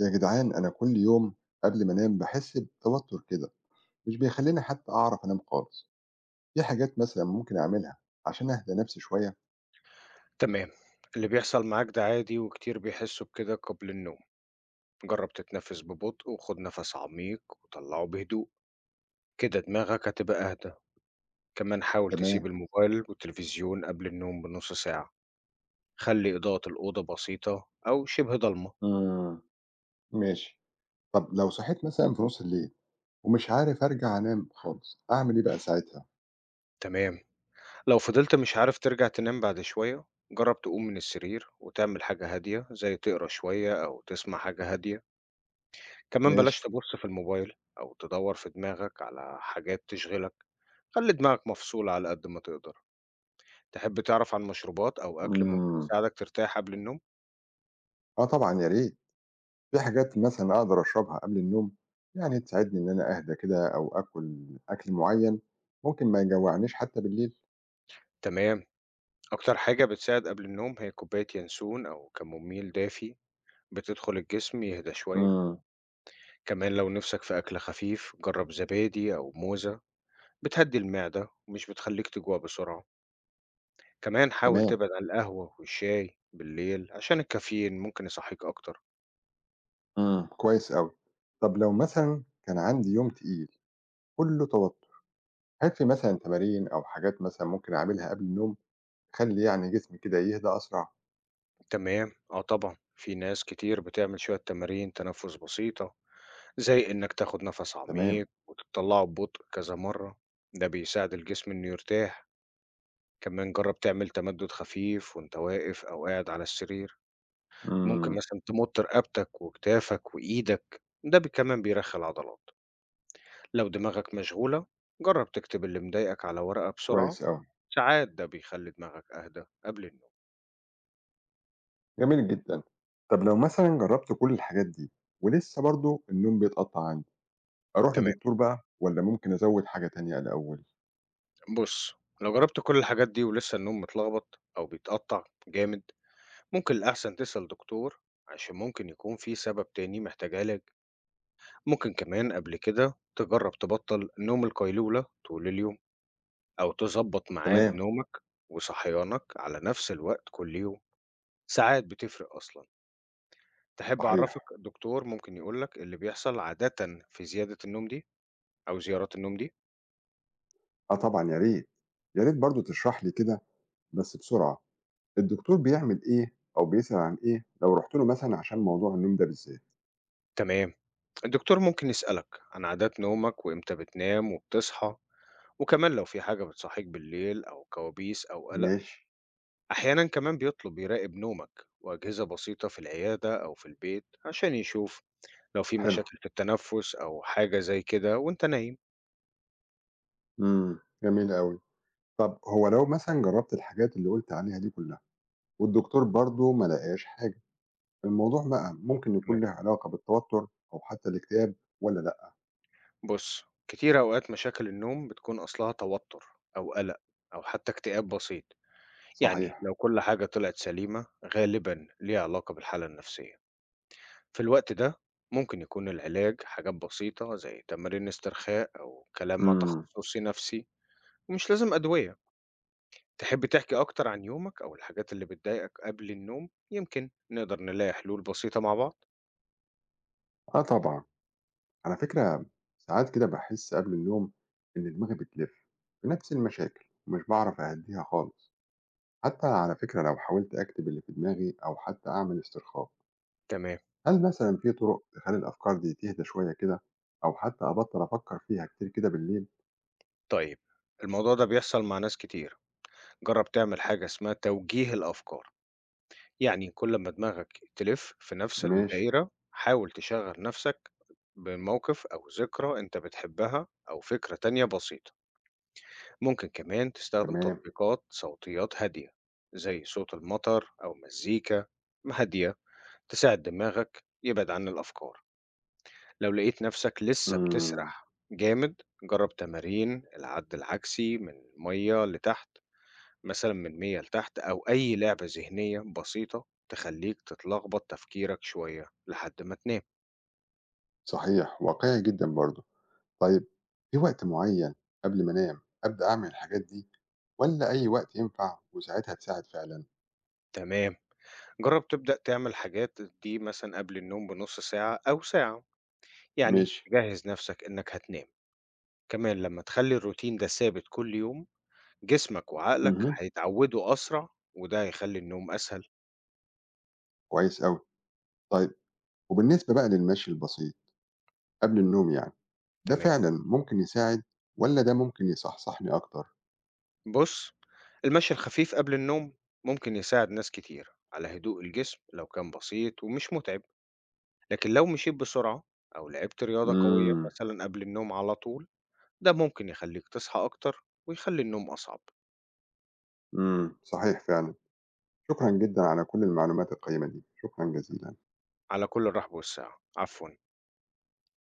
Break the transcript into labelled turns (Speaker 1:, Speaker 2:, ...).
Speaker 1: يا جدعان، أنا كل يوم قبل ما أنام بحس بتوتر كده، مش بيخليني حتى أعرف أنام خالص. في حاجات مثلا ممكن أعملها عشان أهدى نفسي شوية.
Speaker 2: تمام. اللي بيحصل معاك ده عادي وكتير بيحسوا بكده قبل النوم. جرب تتنفس ببطء وخد نفس عميق وطلعه بهدوء، كده دماغك هتبقى أهدى. كمان حاول تسيب
Speaker 1: تمام،
Speaker 2: الموبايل والتلفزيون قبل النوم بنص ساعة. خلي إضاءة الأوضة بسيطة أو شبه ضلمة.
Speaker 1: مم. ماشي. طب لو صحيت مثلا في نص الليل ومش عارف أرجع أنام خالص، أعمل إيه بقى ساعتها؟
Speaker 2: تمام، لو فضلت مش عارف ترجع تنام بعد شوية جرب تقوم من السرير وتعمل حاجة هادية زي تقرأ شوية أو تسمع حاجة هادية. كمان
Speaker 1: ماشي،
Speaker 2: بلاش تبُص في الموبايل أو تدوّر في دماغك على حاجات تشغلك، خلّي دماغك مفصولة على قد ما تقدر. تحب تعرف عن مشروبات أو أكل ممكن
Speaker 1: مم.
Speaker 2: يساعدك ترتاح قبل النوم؟
Speaker 1: آه طبعا، يا ريت. في حاجات مثلا أقدر أشربها قبل النوم يعني تساعدني إن أنا أهدى كده؟ أو أكل معين ممكن ما يجوعنيش حتى بالليل.
Speaker 2: تمام، أكتر حاجة بتساعد قبل النوم هي كوباية ينسون أو كموميل دافي بتدخل الجسم يهدى شوية.
Speaker 1: مم.
Speaker 2: كمان لو نِفْسك في أكل خفيف جرّب زبادي أو موزة، بتهدّي المعدة ومش بتخلّيك تجوع بسرعة. كمان حاول
Speaker 1: تمام،
Speaker 2: تبعد عن القهوة والشاي بالليل عشان الكافيين ممكن يصحّيك أكتر.
Speaker 1: إمم. كويس أوي. طب لو مثلًا كان عندي يوم تقيل كُلّه توتُّر، هل في مثلًا تمارين أو حاجات مثلًا ممكن أعملها قبل النوم تخلّي يعني جسمي كده يهدى أسرع؟
Speaker 2: تمام، آه طبعًا، في ناس كتير بتعمل شوية تمارين تنفس بسيطة، زي إنك تاخد نفس
Speaker 1: تمام.
Speaker 2: عميق وتطلعه ببطء كذا مرة. ده بيساعد الجسم إنه يرتاح. كمان جرب تعمل تمدد خفيف وأنت واقف أو قاعد على السرير، ممكن
Speaker 1: إمم.
Speaker 2: مثلًا تمط رقبتك وكتافك وإيدك، ده كمان بيرخي العضلات. لو دماغك مشغولة جرب تكتب اللي مضايقك على ورقة بسرعة،
Speaker 1: كويس أوي،
Speaker 2: ساعات ده بيخلي دماغك أهدى قبل النوم.
Speaker 1: جميل جدًا. طب لو مثلًا جرّبت كل الحاجات دي ولسه برضه النوم بيتقطّع عندي، أروح
Speaker 2: تمام.
Speaker 1: لدكتور بقى والّا ممكن أزوّد حاجة تانية الأول؟
Speaker 2: بُص، لو جرّبت كل الحاجات دي ولسه النوم متلخبط أو بيتقطّع جامد، ممكن الأحسن تسأل دكتور عشان ممكن يكون في سبب تاني محتاج علاج. ممكن كمان قبل كده تجرّب تبطّل نوم القيلولة طول اليوم أو تضبّط ميعاد
Speaker 1: تمام،
Speaker 2: نومك وصحيانك على نفس الوقت كل يوم، ساعات بتفرق أصلًا. تحب أعرّفك
Speaker 1: صحيح.
Speaker 2: دكتور ممكن يقول لك اللي بيحصل عادةً في زيادة النوم دي أو زيارات النوم دي؟
Speaker 1: آه طبعًا، يا ريت. يا ريت برضه تشرح لي كده بس بسرعة. الدكتور بيعمل إيه أو بيسأل عن إيه لو رُحت له مثلًا عشان موضوع النوم ده بالذات؟
Speaker 2: تمام، الدكتور ممكن يسألك عن عادات نومك وإمتى بتنام وبتصحى، وكمان لو في حاجة بتصحيك بالليل أو كوابيس أو قلق.
Speaker 1: ماشي،
Speaker 2: أحيانا كمان بيطلب يراقب نومك وأجهزة بسيطة في العيادة أو في البيت عشان يشوف لو في
Speaker 1: حلو،
Speaker 2: مشاكل في التنفس أو حاجة زي كده وأنت نايم.
Speaker 1: إمم، جميل أوي. طَب هو لو مثلًا جرّبت الحاجات اللي قُلت عليها دي كلّها والدكتور برضه ما لقاش حاجة، الموضوع بقى ممكن
Speaker 2: تمام.
Speaker 1: يكون له علاقة بالتوتر أو حتى الاكتئاب، والّا لأ؟
Speaker 2: بص، كتير أوقات مشاكل النوم بتكون أصلها توتر أو قلق أو حتى اكتئاب بسيط. يعني
Speaker 1: صحيح،
Speaker 2: لو كل حاجة طلعت سليمة غالبا ليها علاقة بالحالة النفسية في الوقت ده. ممكن يكون العلاج حاجات بسيطة زي تمارين استرخاء أو كلام مع
Speaker 1: إمم،
Speaker 2: تخصصي نفسي، ومش لازم أدوية. تحب تحكي أكتر عن يومك أو الحاجات اللي بتضايقك قبل النوم، يمكن نقدر نلاقي حلول بسيطة مع بعض.
Speaker 1: آه طبعًا. على فكرة، ساعات كده باحس قبل النوم إن دماغي بتلِف بنفس المشاكل ومش باعرف أهدّيها خالص، حتى على فكرة لو حاولت أكتب اللي في دماغي أو حتى أعمل استرخاء.
Speaker 2: تمام.
Speaker 1: هل مثلًا في طُرق تخلّي الأفكار دي تهدى شوية كده أو حتى أبطّل أفكّر فيها كتير كده بالليل؟
Speaker 2: طيب، الموضوع ده بيحصل مع ناس كتير. جرب تعمل حاجة اسمها توجيه الأفكار، يعني كل ما دماغك تلف في نفس
Speaker 1: ماشي،
Speaker 2: الدائرة حاول تشغل نفسك بموقف أو ذكرى أنت بتحبها أو فكرة تانية بسيطة. ممكن كمان تستخدم
Speaker 1: تمام،
Speaker 2: تطبيقات صوتيات هادية زي صوت المطر أو مزيكا هادية تساعد دماغك يبعد عن الأفكار. لو لقيت نفسك لسه
Speaker 1: إمم،
Speaker 2: بتسرح جامد، جرب تمارين العد العكسي من مية لتحت، مثلا من مية لتحت أو أي لعبة ذهنية بسيطة تخليك تتلخبط تفكيرك شوية لحد ما تنام.
Speaker 1: صحيح، واقعي جدًا برضه. طيب، في وقت معيّن قبل ما أنام أبدأ أعمل الحاجات دي والّا أي وقت ينفع وساعتها تساعد فعلًا؟
Speaker 2: تمام، جرب تبدأ تعمل حاجات دي مثلا قبل النوم بنص ساعة أو ساعة، يعني
Speaker 1: ماشي،
Speaker 2: جهز نفسك إنك هتنام. كمان لما تخلي الروتين ده ثابت كل يوم، جسمك وعقلك
Speaker 1: اهم،
Speaker 2: هيتعودوا أسرع وده هيخلي النوم أسهل.
Speaker 1: كويس أوي. طيب، وبالنسبة بقى للمشي البسيط قبل النوم يعني، ده
Speaker 2: تمام.
Speaker 1: فعلًا ممكن يساعد والّا ده ممكن يصحصحني أكتر؟
Speaker 2: بُص، المشي الخفيف قبل النوم ممكن يساعد ناس كتير على هدوء الجسم لو كان بسيط ومش مُتعب، لكن لو مشيت بسرعة أو لعبت رياضة قوية
Speaker 1: إمم،
Speaker 2: مثلًا قبل النوم على طول، ده ممكن يخلّيك تصحى أكتر ويخلّي النوم أصعب.
Speaker 1: إمم، صحيح فعلًا. شكرًا جدًا على كل المعلومات القيّمة دي، شكرًا جزيلًا.
Speaker 2: على كل الرحب والسعة، عفوًا.